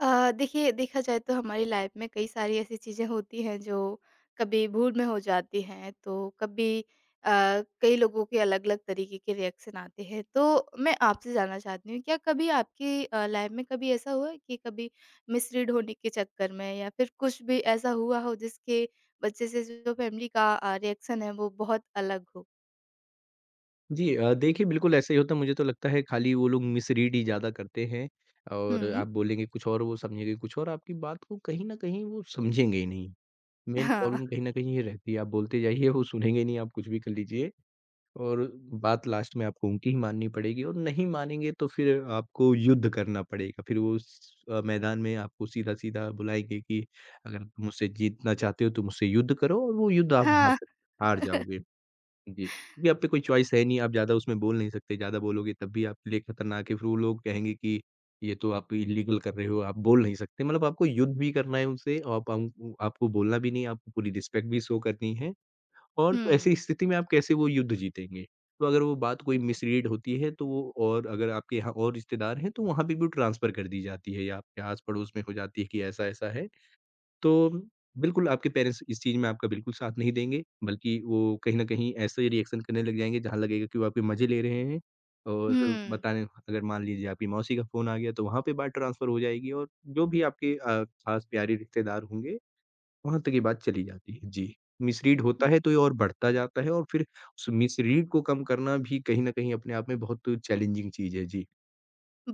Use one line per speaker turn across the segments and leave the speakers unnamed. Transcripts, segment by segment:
देखिए, देखा जाए तो हमारी लाइफ में कई सारी ऐसी चीज़ें होती हैं जो कभी भूल में हो जाती हैं, तो कभी अ, कई लोगों के अलग अलग तरीके के रिएक्शन आते हैं। तो मैं आपसे जानना चाहती हूँ, क्या कभी आपकी लाइफ में कभी ऐसा हुआ है कि कभी मिसरीड होने के चक्कर में या फिर कुछ भी ऐसा हुआ हो जिसके बच्चे से जो फैमिली का रिएक्शन है वो बहुत अलग हो?
जी देखिए, बिल्कुल ऐसा ही होता है। मुझे तो लगता है खाली वो लोग मिसरीड ही ज़्यादा करते हैं और
हुँ।
आप बोलेंगे कुछ और, वो समझेंगे कुछ और। आपकी बात को कहीं न कहीं वो समझेंगे ही नहीं। मेन
हाँ।
प्रॉब्लम कहीं न कहीं ये रहती है। आप बोलते जाइए, वो सुनेंगे ही नहीं, आप कुछ भी कर लीजिए और बात लास्ट में आपको उनकी ही माननी पड़ेगी और नहीं मानेंगे तो फिर आपको युद्ध करना पड़ेगा। फिर वो उस मैदान में आपको सीधा-सीधा बुलाएँगे कि अगर तुम मुझसे जीतना चाहते हो तो मुझसे युद्ध करो और वो युद्ध आप
हाँ।
हार जाओगे। जी, क्योंकि आप पे कोई चॉइस है नहीं, आप ज़्यादा उसमें बोल नहीं सकते, ज़्यादा बोलोगे तब भी आपके लिए खतरनाक है, फिर वो लोग कहेंगे कि ये तो आप इल्लीगल कर रहे हो, आप बोल नहीं सकते। मतलब आपको युद्ध भी करना है उनसे और आप अंक आपको बोलना भी नहीं, आपको पूरी रिस्पेक्ट भी शो करनी है और तो
हुँ।
ऐसी स्थिति में आप कैसे वो युद्ध जीतेंगे? तो अगर वो बात कोई
बिल्कुल।
मिसरीड होती है तो वो और अगर आपके यहाँ और रिश्तेदार हैं, तो वहाँ पे भी वो ट्रांसफ़र कर दी जाती है या आपके आस-पड़ोस में हो जाती है कि ऐसा-ऐसा है। तो बिल्कुल आपके पेरेंट्स इस चीज़ में आपका बिल्कुल साथ नहीं देंगे, बल्कि वो कहीं न कहीं ऐसे रिएक्शन करने लग जाएँगे जहाँ लगेगा कि वो आपके मज़े ले रहे हैं और
हुँ।
बताने अगर मान लीजिए आपकी मौसी का फ़ोन आ गया तो वहाँ पे बात ट्रांसफ़र हो जाएगी और जो भी आपके ख़ास प्यारे रिश्तेदार होंगे, वहाँ तक ये बात चली जाती है। जी, मिसरीड होता है तो ये और बढ़ता जाता है और फिर उस मिसरीड को कम करना भी कहीं न कहीं अपने आप में बहुत चैलेंजिंग चीज़ है। जी।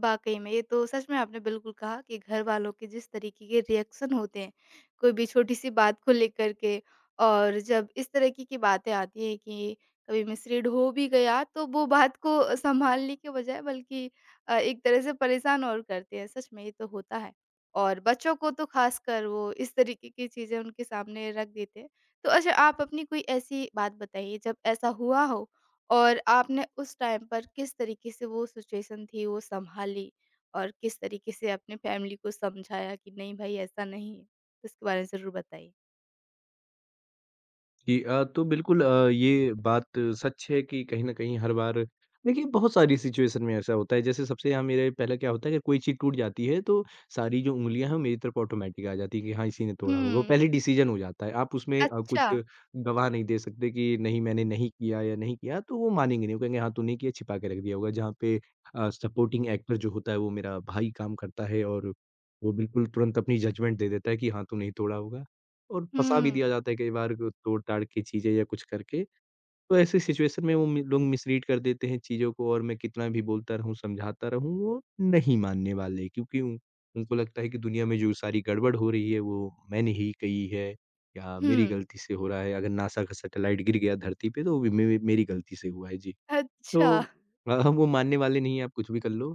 वाक़ई में, ये तो सच में आपने बिल्कुल कहा कि घरवालों के जिस तरीके के रिएक्शन होते हैं कोई भी छोटी-सी बात को लेकर के, और जब इस तरह की बातें आती हैं कि कभी मिसरीड हो भी गया, तो वो बात को सँभालने के बजाय बल्कि एक तरह से परेशान और करते हैं। सच में ये तो होता है, और बच्चों को तो ख़ासकर वो इस तरीके की चीज़ें उनके सामने रख देते हैं। तो अच्छा, आप अपनी कोई ऐसी बात बताइए जब ऐसा हुआ हो, और आपने उस टाइम पर किस तरीके से वो सिचुएशन थी वो संभाली, और किस तरीके से अपने फैमिली को समझाया कि नहीं भाई ऐसा नहीं है? तो इसके बारे में ज़रूर बताइए।
जी तो बिल्कुल ये बात सच है कि कहीं न कहीं हर बार देखिए बहुत सारी सिचुएशन में ऐसा होता है। जैसे सबसे यहाँ मेरे पहले क्या होता है कि कोई चीज़ टूट जाती है तो सारी जो उँगलियाँ हैं वो मेरी तरफ ऑटोमेटिक आ जाती है कि हाँ, इसी ने तोड़ा होगा। वो
हुँ।
पहले डिसीज़न हो जाता है। आप उसमें कुछ
अच्छा।
गवाह नहीं दे सकते कि नहीं मैंने नहीं किया या नहीं किया तो वो मानेंगे नहीं। वो कहेंगे हाँ, तूने किया छिपा के रख दिया होगा। जहाँ पे सपोर्टिंग एक्टर जो होता है वो मेरा भाई काम करता है और वो बिल्कुल तुरंत अपनी जजमेंट दे देता है कि हाँ, तूने ही तोड़ा होगा। और फँसा भी
हुँ।
दिया जाता है कई बार ग तोड़-ताड़ के चीज़ें या कुछ करके। तो ऐसी सिचुएशन में वो म लोग मिसरीड कर देते हैं चीज़ों को और मैं कितना भी बोलता रहूँ, समझाता रहूँ, वो नहीं मानने वाले क्योंकि उन उनको लगता है कि दुनिया में जो सारी गड़बड़ हो रही है, वो मैंने ही कही है या मेरी
हुँ।
गलती से हो रहा है। अगर नासा का सैटेलाइट गिर गया धरती पे, तो वो भी मे मेरी गलती से हुआ है। जी।
अच्छा।
तो हम वो मानने वाले नहीं हैं, आप कुछ भी कर लो।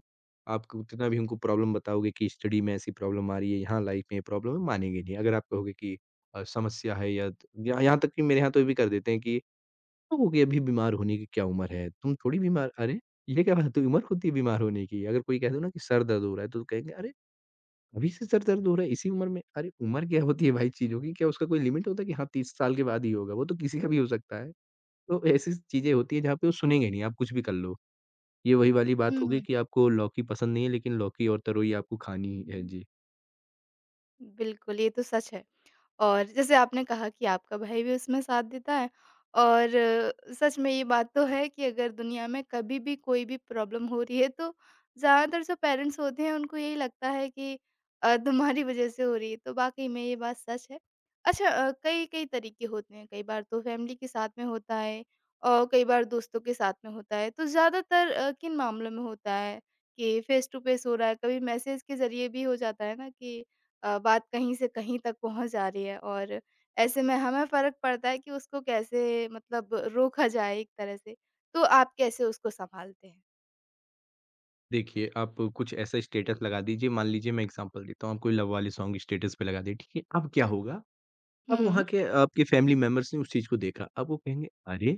आप कितना भी उनको प्रॉब्लम बताओगे कि स्टडी में ऐसी प्रॉब्लम आ रही है, यहाँ लाइफ में ये प्रॉब्लम है, मानेंगे नहीं। अगर आप कहोगे कि समस्या है या यहाँ तक कि मेरे यहाँ तो ये भी कर देते हैं कि, "लोगों की अभी बीमार होने की क्या उम्र है? तुम थोड़ी बीमार अरे! ये क्या बात हुई उम्र होती है बीमार होने की?" अगर कोई कह दो ना कि सर दर्द हो रहा है, तो कहेंगे, "अरे! अभी से सर दर्द हो रहा है, इसी उम्र में? अरे! उम्र क्या होती है भाई चीज़ों की? क्या उसका कोई लिमिट होता है कि हाँ, 30 साल के बाद ही होगा? वो तो किसी का भी हो सकता है।" तो ऐसी चीज़ें होती हैं जहाँ पे वो सुनेंगे नहीं, आप कुछ भी कर लो। ये वही वाली बात हो
हुँ।
गई कि आपको लौकी पसंद नहीं है, लेकिन लौकी और तरोई आपको खानी ही है। जी।
बिल्कुल, ये तो सच है। और जैसे आपने कहा कि आपका भाई भी उसमें साथ देता है, और सच में ये बात तो है कि अगर दुनिया में कभी भी कोई भी प्रॉब्लम हो रही है, तो ज़्यादातर जो पेरेंट्स होते हैं उनको यही लगता है कि तुम्हारी वजह से हो रही है। तो वाकई में ये बात सच है। अच्छा, कई कई तरीके होते हैं। कई बार तो फैमिली के साथ में होता है, और कई बार दोस्तों के साथ में होता है। तो ज़्यादातर किन मामलों में होता है कि फेस टू फेस हो रहा है, कभी मैसेज के ज़रिए भी हो जाता है ना कि बात कहीं से कहीं तक पहुँच जा रही है, और ऐसे में हमें फ़र्क पड़ता है कि उसको कैसे मतलब रोका जाए एक तरह से। तो आप कैसे उसको सँभालते हैं?
देखिए, आप कुछ ऐसा स्टेटस लगा दीजिए, मान लीजिए मैं एग्ज़ाम्पल देता हूँ, आप कोई लव वाले सॉन्ग स्टेटस पे लगा दिए, ठीक है? अब क्या होगा? अब
हुँ।
वहाँ के आपके फैमिली मेंबर्स ने उस चीज़ को देखा, अब वो कहेंगे, "अरे!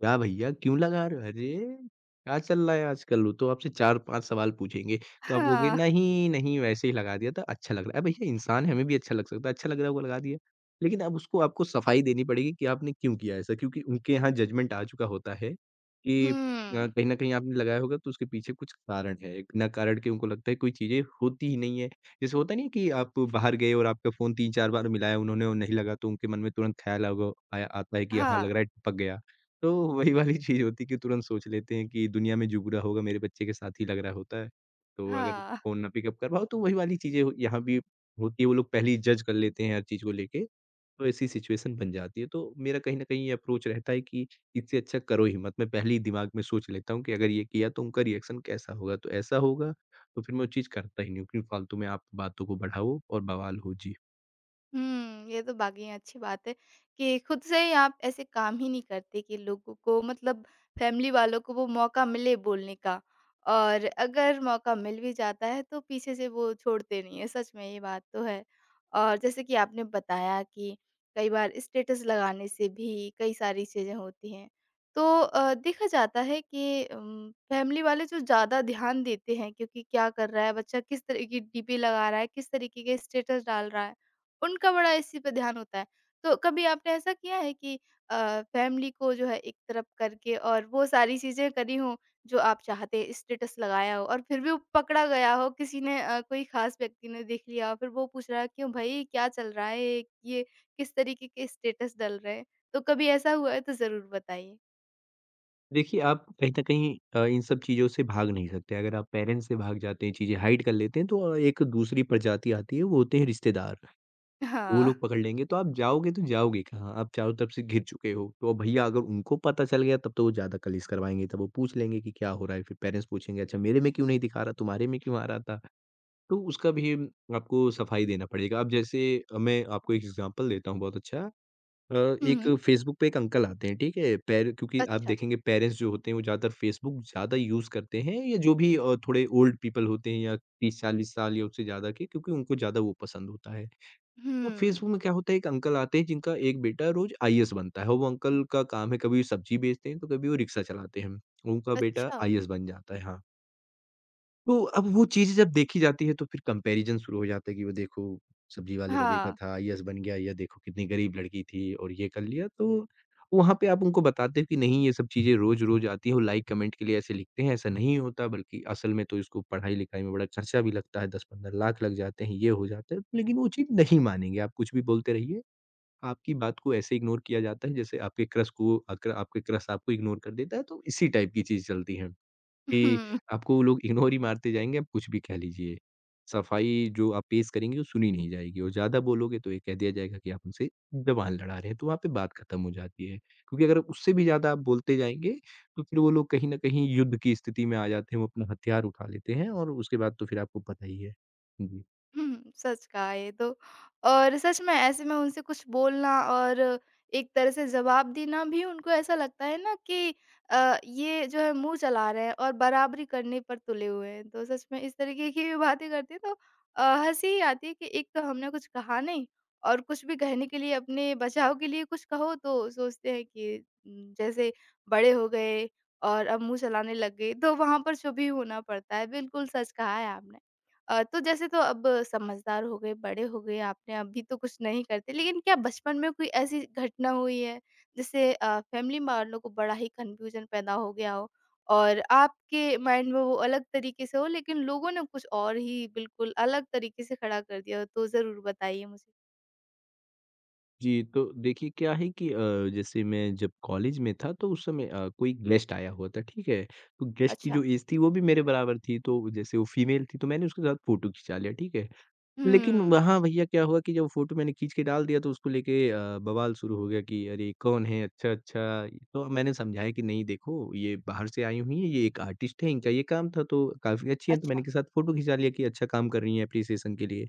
क्या भैया क्यों लगा रहे हो? अरे! क्या चल रहा है आजकल? वो तो आपसे 4-5 सवाल पूछेंगे, तो आप कहोगे
हाँ।
नहीं, नहीं वैसे ही लगा दिया था, अच्छा लग रहा है। भैया इंसान है, हमें भी अच्छा लग सकता है, अच्छा लग रहा होगा लगा दिया। लेकिन अब उसको आपको सफाई देनी पड़ेगी कि आपने क्यों किया ऐसा क्योंकि उनके यहाँ जजमेंट आ चुका होता है कि
हुँ।
कहीं न कहीं आपने लगाया होगा तो उसके पीछे कुछ कारण है। बिना कारण के उनको लगता है कोई चीज़ें होती ही नहीं है। जैसे होता नहीं है कि आप बाहर गए और आपका फ़ोन 3-4 बार मिलाया उन्होंने और नहीं लगा तो उनके मन में तुरंत ख़्याल आगा आया आता है कि हाँ, लग
हाँ।
रहा है टपक गया। तो वही वाली चीज़ होती है कि तुरंत सोच लेते हैं कि दुनिया में जो बुरा होगा मेरे बच्चे के साथ ही लग रहा होता है। तो अगर
हाँ।
फ़ोन ना पिकअप कर पाओ तो वही वाली चीज़ें हो यहाँ भी होती है, वो लोग पहले ही जज कर लेते हैं हर चीज़ को लेके, तो ऐसी सिचुएशन बन जाती है। तो मेरा कहीं न कहीं ये अप्रोच रहता है कि इससे अच्छा करो ही मत। मैं पहले ही दिमाग में सोच लेता हूँ कि अगर ये किया तो उनका रिएक्शन कैसा होगा, तो ऐसा होगा तो फिर मैं वो चीज़ करता ही नहीं हूँ। क्योंकि फालतू में आप बातों को बढ़ाओ और बवाल हो। जी।
हुँ, ये तो वाक़ई अच्छी बात है कि खुद से ही आप ऐसे काम ही नहीं करते कि लोगों को मतलब फैमिली वालों को वो मौका मिले बोलने का। और अगर मौका मिल भी जाता है तो पीछे से वो छोड़ते नहीं हैं, सच में ये बात तो है। और जैसे कि आपने बताया कि कई बार स्टेटस लगाने से भी कई सारी चीज़ें होती हैं। तो देखा जाता है कि फैमिली वाले जो ज़्यादा ध्यान देते हैं, क्योंकि क्या कर रहा है बच्चा, किस तरह की डीपी लगा रहा है, किस तरीके के स्टेटस डाल रहा है। उनका बड़ा इसी पे ध्यान होता है। तो कभी आपने ऐसा किया है कि फैमिली को जो है एक तरफ करके और वो सारी चीज़ें करी हों जो आप चाहते, स्टेटस लगाया हो, और फिर भी वो पकड़ा गया हो, किसी ने कोई ख़ास व्यक्ति ने देख लिया हो, फिर वो पूछ रहा है, "क्यों भई क्या चल रहा है? ये किस तरीके के स्टेटस डल रहे हैं?" तो कभी ऐसा हुआ है तो ज़रूर बताइए।
देखिए, आप कहीं न कहीं इन सब चीज़ों से भाग नहीं सकते। अगर आप पेरेंट्स से भाग जाते हैं, चीज़ें हाइड कर लेते हैं, तो एक दूसरी प्रजाति आती है, वो होते हैं रिश्तेदार। वो
हाँ।
लोग पकड़ लेंगे, तो आप जाओगे तो जाओगे कहाँ? आप चारों तरफ से घिर चुके हो। तो अब भैया अगर उनको पता चल गया, तब तो वो ज़्यादा कलेश करवाएँगे, तब वो पूछ लेंगे कि क्या हो रहा है? फिर पेरेंट्स पूछेंगे, "अच्छा, मेरे में क्यों नहीं दिखा रहा? तुम्हारे में क्यों आ रहा था?" तो उसका भी आपको सफाई देना पड़ेगा। अब जैसे मैं आपको एक एग्ज़ाम्पल देता हूँ बहुत अच्छा। अ,
हुँ।
एक
हुँ।
फ़ेसबुक पे एक अंकल आते हैं, ठीक है? पैर क्योंकि आप
अच्छा।
देखेंगे पेरेंट्स जो होते हैं वो ज़्यादातर फ़ेसबुक ज़्यादा यूज़ करते हैं या जो भी थोड़े ओल्ड पीपल होते हैं या 30-40 साल या उससे ज़्यादा के क्योंकि उनको ज़्यादा वो पसंद होता है। तो
हुँ।
फ़ेसबुक में क्या होता है एक अंकल आते हैं जिनका एक बेटा रोज़ आईएएस बनता है और वो अंकल का काम है कभी सब्ज़ी बेचते हैं तो कभी वो रिक्शा चलाते हैं। उनका बेटा
अच्छा।
आईएएस बन जाता है। हाँ। तो अब वो चीज़ें जब देखी जाती है तो फिर कंपैरिज़न शुरू हो जाता है कि वो देखो सब्ज़ी वाले का बेटा
हाँ।
था, ये बन गया, ये देखो कितनी गरीब लड़की थी और ये कर लिया। तो वहाँ पे आप उनको बताते हो कि नहीं ये सब चीज़ें रोज़-रोज़ आती हैं, वो लाइक कमेंट के लिए ऐसे लिखते हैं, ऐसा नहीं होता बल्कि असल में तो इसको पढ़ाई-लिखाई में बड़ा खर्चा भी लगता है, 10-15 लाख लग जाते हैं, ये हो जाता है। तो लेकिन वो चीज़ नहीं मानेंगे, आप कुछ भी बोलते रहिए, आपकी बात को ऐसे इग्नोर किया जाता है जैसे आपके क्रश आपको इग्नोर कर देता है, तो इसी टाइप की चीज़ चलती है। कि
हुँ।
आपको लोग इग्नोर ही मारते जाएँगे, आप कुछ भी कह लीजिए। सफाई जो आप पेश करेंगे, वो सुनी नहीं जाएगी और ज़्यादा बोलोगे तो ये कह दिया जाएगा कि आप उनसे ज़बान लड़ा रहे हैं, तो वहाँ पे बात खत्म हो जाती है। क्योंकि अगर उससे भी ज़्यादा आप बोलते जाएँगे, तो फिर वो लोग कहीं न कहीं युद्ध की स्थिति में आ जाते हैं, वो अपना हथियार उठा लेते हैं और उसके बाद तो फिर आपको पता ही है। जी।
हुँ, सच कहा ये तो। और सच में ऐसे में उनसे कुछ बोलना और एक तरह से जवाब देना भी, उनको ऐसा लगता है ना कि ये जो है मुँह चला रहे हैं और बराबरी करने पर तुले हुए हैं। तो सच में इस तरीके की भी बातें करते हैं, तो हँसी ही आती है कि एक तो हमने कुछ कहा नहीं, और कुछ भी कहने के लिए अपने बचाव के लिए कुछ कहो तो सोचते हैं कि जैसे बड़े हो गए और अब मुँह चलाने लग गए। तो वहाँ पर चुप ही होना पड़ता है। बिल्कुल सच कहा है आपने। तो जैसे तो अब समझदार हो गए, बड़े हो गए, आपने अभी तो कुछ नहीं करते, लेकिन क्या बचपन में कोई ऐसी घटना हुई है जिससे फैमिली वालों को बड़ा ही कन्फ्यूज़न पैदा हो गया हो, और आपके माइंड में वो अलग तरीके से हो, लेकिन लोगों ने कुछ और ही बिल्कुल अलग तरीके से खड़ा कर दिया हो? तो ज़रूर बताइए मुझे।
जी, तो देखिए क्या है कि जैसे मैं जब कॉलेज में था तो उस समय कोई गेस्ट आया हुआ था, ठीक है? तो गेस्ट की जो
अच्छा।
एज थी वो भी मेरे बराबर थी, तो जैसे वो फीमेल थी तो मैंने उसके साथ फ़ोटो खिंचा लिया, ठीक है? लेकिन
हुँ।
वहाँ भैया क्या हुआ कि जब फ़ोटो मैंने खींच के डाल दिया तो उसको लेके बवाल शुरू हो गया कि अरे कौन है? अच्छा, अच्छा। तो मैंने समझाया कि नहीं, देखो ये बाहर से आई हुई हैं, ये एक आर्टिस्ट हैं, इनका ये काम था तो काफ़ी अच्छी हैं, तो मैंने
अच्छा।
इनके साथ फ़ोटो खिंचा लिया कि अच्छा काम कर रही हैं, एप्रिसिएशन के लिए।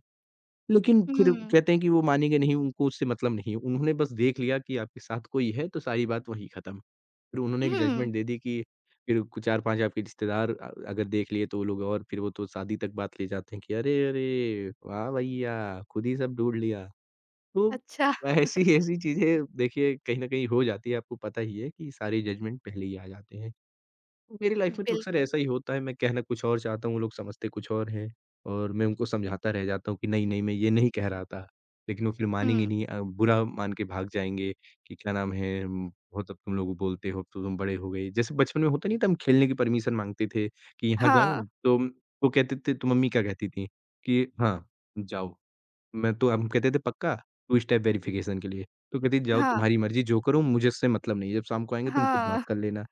लेकिन फिर
हुँ।
कहते हैं कि वो मानेंगे नहीं, उनको उससे मतलब नहीं है। उन्होंने बस देख लिया कि आपके साथ कोई है, तो सारी बात वहीं खत्म। फिर उन्होंने एक
हुँ।
जजमेंट दे दी कि फिर कु 4-5 आपके रिश्तेदार अगर देख लिए, तो वो लोग और फिर वो तो शादी तक बात ले जाते हैं कि अरे, अरे! वाह भैया! खुद ही सब ढूँढ लिया। तो
अच्छा।
ऐसी-ऐसी चीज़ें देखिए कहीं न कहीं हो जाती है, आपको पता ही है कि सारे जजमेंट पहले ही आ जाते हैं। मेरी लाइफ में तो अक्सर
बिल्कुल।
ऐसा ही होता है, मैं कहना कुछ और चाहता हूँ, वो लोग समझते कुछ और हैं, और मैं उनको समझाता रह जाता हूँ कि नहीं-नहीं, मैं ये नहीं कह रहा था। लेकिन वो फिर मानेंगे
हुँ।
नहीं, बुरा मान के भाग जाएँगे कि क्या नाम है, बहुत अब तुम लोग बोलते हो, अब तो तुम बड़े हो गए। जैसे बचपन में होता नहीं था, हम खेलने की परमिशन माँगते थे कि यहाँ
हाँ।
जाऊँ? तो वो कहते थे, तो मम्मी क्या कहती थी कि हाँ, जाओ। मैं तो हम कहते थे पक्का? 2 स्टेप वेरिफिकेशन के लिए। तो कहती जाओ,
हाँ।
तुम्हारी मर्ज़ी, जो करो मुझसे मतलब नहीं है, जब शाम को आएँगे तुम खुद
हाँ।
बात कर लेना।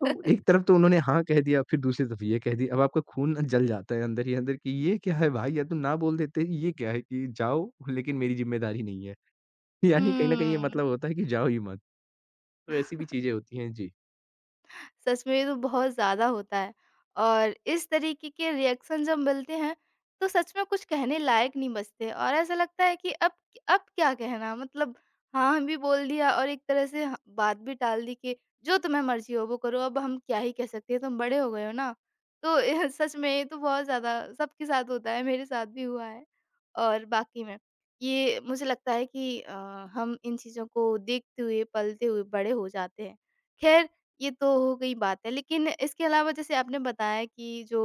तो एक तरफ तो उन्होंने हाँ कह दिया, फिर दूसरी तरफ ये कह दिया। अब आपका खून ना जल जाता है अंदर ही अंदर कि ये क्या है भाई? या तो ना बोल देते, ये क्या है कि जाओ लेकिन मेरी ज़िम्मेदारी नहीं है। यानी कहीं न कहीं ये
हुँ।
मतलब होता है कि जाओ ही मत। तो ऐसी भी चीज़ें होती हैं। जी।
सच में ये तो बहुत ज़्यादा होता है, और इस तरीके के रिएक्शन जब मिलते हैं, तो सच में कुछ कहने लायक नहीं बचते, और ऐसा लगता है कि अब क्या कहना, मतलब हाँ, हम भी बोल दिया और एक तरह से ह बात भी टाल दी कि जो तुम्हें मर्ज़ी हो वो करो, अब हम क्या ही कह सकते हैं, तुम बड़े हो गए हो ना। तो एह सच में, ये तो बहुत ज़्यादा सबके साथ होता है, मेरे साथ भी हुआ है। और बाकी में ये मुझे लगता है कि हम इन चीज़ों को देखते हुए, पलते हुए बड़े हो जाते हैं। ख़ैर, ये तो हो गई बात है। लेकिन इसके अलावा, जैसे आपने बताया कि जो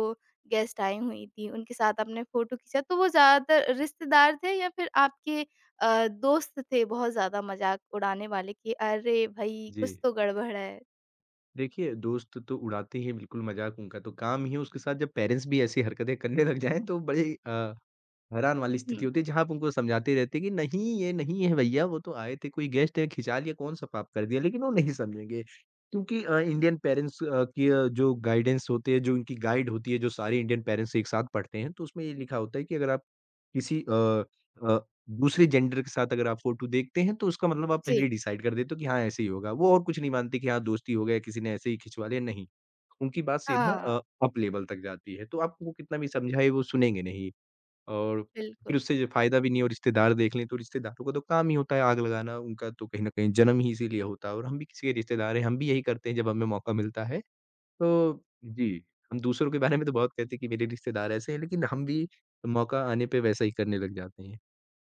गेस्ट आई हुई थीं, उनके साथ आपने फ़ोटो खींचा, तो वो ज़्यादातर रिश्तेदार थे या फिर आपके दोस्त थे बहुत ज़्यादा मज़ाक उड़ाने वाले कि "अरे भई,
जी।
कुछ तो गड़बड़ है"?
देखिए, दोस्त तो उड़ाते ही हैं बिल्कुल मज़ाक, उनका तो काम ही है, उसके साथ जब पेरेंट्स भी ऐसी हरकतें करने लग जाएँ, तो बड़े हैरान वाली स्थिति
हुँ।
होती है, जहाँ आप उनको समझाते रहते हैं कि नहीं, ये नहीं है भैया, वो तो आए थे, कोई गेस्ट है, खिंचा लिया, कौन सा पाप कर दिया, लेकिन वो नहीं समझेंगे, क्योंकि इंडियन पेरेंट्स की जो गाइडेंस होते हैं, जो उनकी गाइड होती है जो सारे इंडियन पेरेंट्स एक साथ पढ़ते हैं, तो उसमें ये लिखा होता है कि अगर आप किसी अ, दूसरे जेंडर के साथ अगर आप फोटो देखते हैं, तो उसका मतलब आप
जी।
पहले डिसाइड कर देते हो कि हाँ ऐसे ही होगा वो, और कुछ नहीं मानते कि हाँ, दोस्ती हो गया, किसी ने ऐसे ही खिंचवा लिया, नहीं, उनकी बात सीधा
हाँ।
अप लेवल तक जाती है, तो आपको कितना भी समझाए वो सुनेंगे नहीं। और फिर
बिल्कुल।
उससे जो फ़ायदा भी नहीं है, और रिश्तेदार देख लें, तो रिश्तेदारों का तो काम ही होता है आग लगाना, उनका तो कहीं न कहीं जन्म ही इसीलिए होता है, और हम भी किसी के रिश्तेदार हैं, हम भी यही करते हैं जब हमें मौका मिलता है। तो जी, हम दूसरों के बारे में तो बहुत कहते हैं कि मेरे रिश्तेदार ऐसे हैं, लेकिन हम भी मौका आने पे वैसा ही करने लग जाते हैं।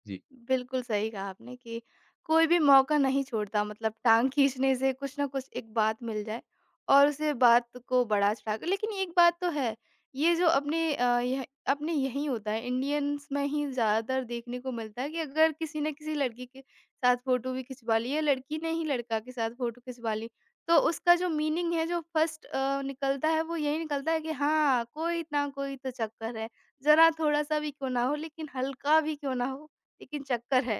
जी।
बिल्कुल सही कहा आपने कि कोई भी मौका नहीं छोड़ता, मतलब टाँग खींचने से कुछ ना कुछ एक बात मिल जाए और उसे बात को बढ़ा चढ़ा कर। लेकिन एक बात तो है, ये जो अपने यह अपने यहीं होता है, इंडियंस में ही ज़्यादातर देखने को मिलता है कि अगर किसी ने किसी लड़की के साथ फ़ोटो भी खिंचवा ली, या लड़की ने ही लड़का के साथ फ़ोटो खिंचवा ली, तो उसका जो मीनिंग है जो फर्स्ट निकलता है, वो यही निकलता है कि हाँ, कोई ना कोई तो चक्कर है। ज़रा थोड़ा-सा भी क्यों ना हो, लेकिन हल्का भी क्यों ना हो, लेकिन चक्कर है।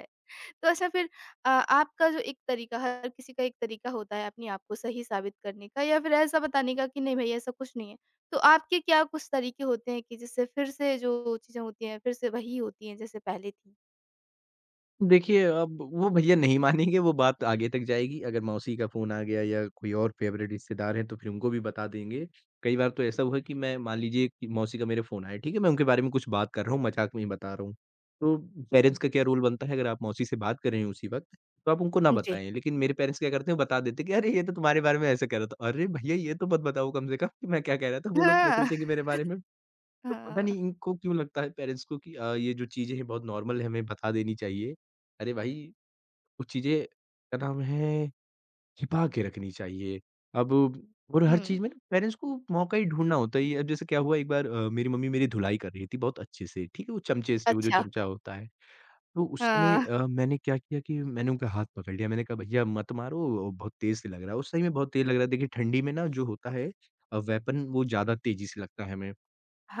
तो अच्छा, फिर आपका जो एक तरीका, हर किसी का एक तरीका होता है अपने आप को सही साबित करने का, या फिर ऐसा बताने का कि नहीं भई ऐसा कुछ नहीं है। तो आपके क्या कुछ तरीके होते हैं कि जिससे फिर से जो चीज़ें होती हैं फिर से वही होती हैं जैसे पहले थी?
देखिए, अब वो भैया नहीं मानेंगे, वो बात आगे तक जाएगी। अगर मौसी का फ़ोन आ गया या कोई और फ़ेवरेट रिश्तेदार हैं, तो फिर उनको भी बता देंगे। कई बार तो ऐसा हुआ है कि मैं, मान लीजिए कि मौसी का मेरे फ़ोन आया, ठीक है? मैं उनके बारे में कुछ बात कर रहा हूँ, मज़ाक में ही बता रहा हूँ। तो पेरेंट्स का क्या रोल बनता है, अगर आप मौसी से बात कर रहे हैं उसी वक़्त, तो आप उनको ना
जी।
बताएँ। लेकिन मेरे पेरेंट्स क्या करते हैं, बता देते हैं कि, "अरे! ये तो तुम्हारे बारे में ऐसे कह रहा था।" अरे! भैया, ये तो मत बताओ कम से कम कि मैं क्या कह रहा था। वो लोग क्या
हाँ।
सोचेंगे मेरे बारे में। तो पता
हाँ।
नहीं इनको क्यों लगता है पेरेंट्स को कि ये जो चीज़ें हैं बहुत नॉर्मल है, हमें बता देनी चाहिए। अरे भाई, कुछ चीज़ें क्या नाम है, छिपा के रखनी चाहिए। अब और हर चीज़
हुँ।
में ना पेरेंट्स को मौका ही ढूँढना होता ही है। अब जैसे क्या हुआ एक बार, मेरी मम्मी मेरी धुलाई कर रही थी बहुत अच्छे से, ठीक है? वो चमचे से, वो जो
अच्छा।
चमचा होता है। तो उस समय
हाँ।
मैंने क्या किया कि मैंने उनका हाथ पकड़ लिया। मैंने कहा भैया मत मारो, वो बहुत तेज़ से लग रहा है। और सही में बहुत तेज़ लग रहा है। देखिए, ठंडी में ना जो होता है, वेपन वो ज़्यादा तेज़ी से लगता है हमें।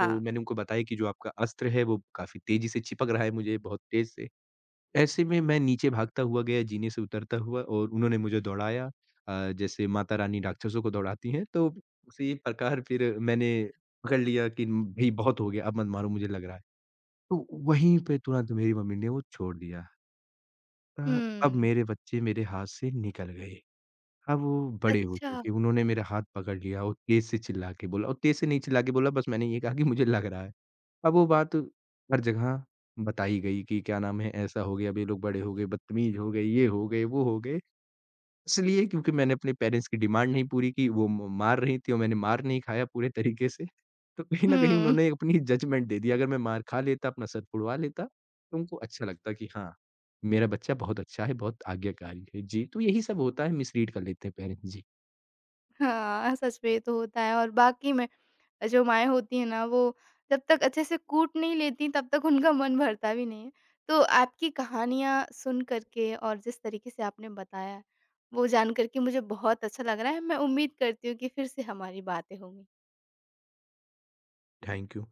तो मैंने उनको बताया कि जो आपका अस्त्र है वो काफ़ी तेज़ी से चिपक रहा है, मुझे बहुत तेज़ से। ऐसे में मैं नीचे भागता हुआ गया, जीने से उतरता हुआ, और उन्होंने मुझे दौड़ाया, जैसे माता रानी राक्षसों को दौड़ाती हैं, तो उसी प्रकार फिर मैंने पकड़ लिया कि भई बहुत हो गया, अब मत मारो, मुझे लग रहा है। तो वहीं पे तुरंत मेरी मम्मी ने वो छोड़ दिया। अब
हुँ।
मेरे बच्चे मेरे हाथ से निकल गए। अब वो बड़े हो
अच्छा।
चुके, उन्होंने मेरा हाथ पकड़ लिया और तेज़ से चिल्ला के बोला, और तेज़ से नहीं चिल्ला के बोला, बस मैंने ये कहा कि मुझे लग रहा है। अब वो बात हर जगह बताई गई कि क्या नाम है, ऐसा हो गया, अब ये लोग बड़े हो गए, बदतमीज़ हो गए, ये हो गए, वो हो गए। इसलिए क्योंकि मैंने अपने पेरेंट्स की डिमांड नहीं पूरी की, वो म मार रही थीं और मैंने मार नहीं खाया पूरे तरीके से। तो कहीं न कहीं
हुँ।
उन्होंने अपनी जजमेंट दे दी। अगर मैं मार खा लेता, अपना सर फुड़वा लेता, तो उनको अच्छा लगता कि हाँ, मेरा बच्चा बहुत अच्छा है, बहुत आज्ञाकारी है। जी, तो यही सब होता है, मिसरीड कर लेते हैं पेरेंट्स। जी,
हाँ, सच में ये तो होता है, और वाक़ई में जो माएँ होती हैं ना, वो जब तक अच्छे से कूट नहीं लेती, तब तक उनका मन भरता भी नहीं है। तो आपकी कहानियाँ सुन कर के, और जिस तरीके से आपने बताया, वो जान कर के मुझे बहुत अच्छा लग रहा है। मैं उम्मीद करती हूँ कि फिर से हमारी बातें होंगी।
Thank you.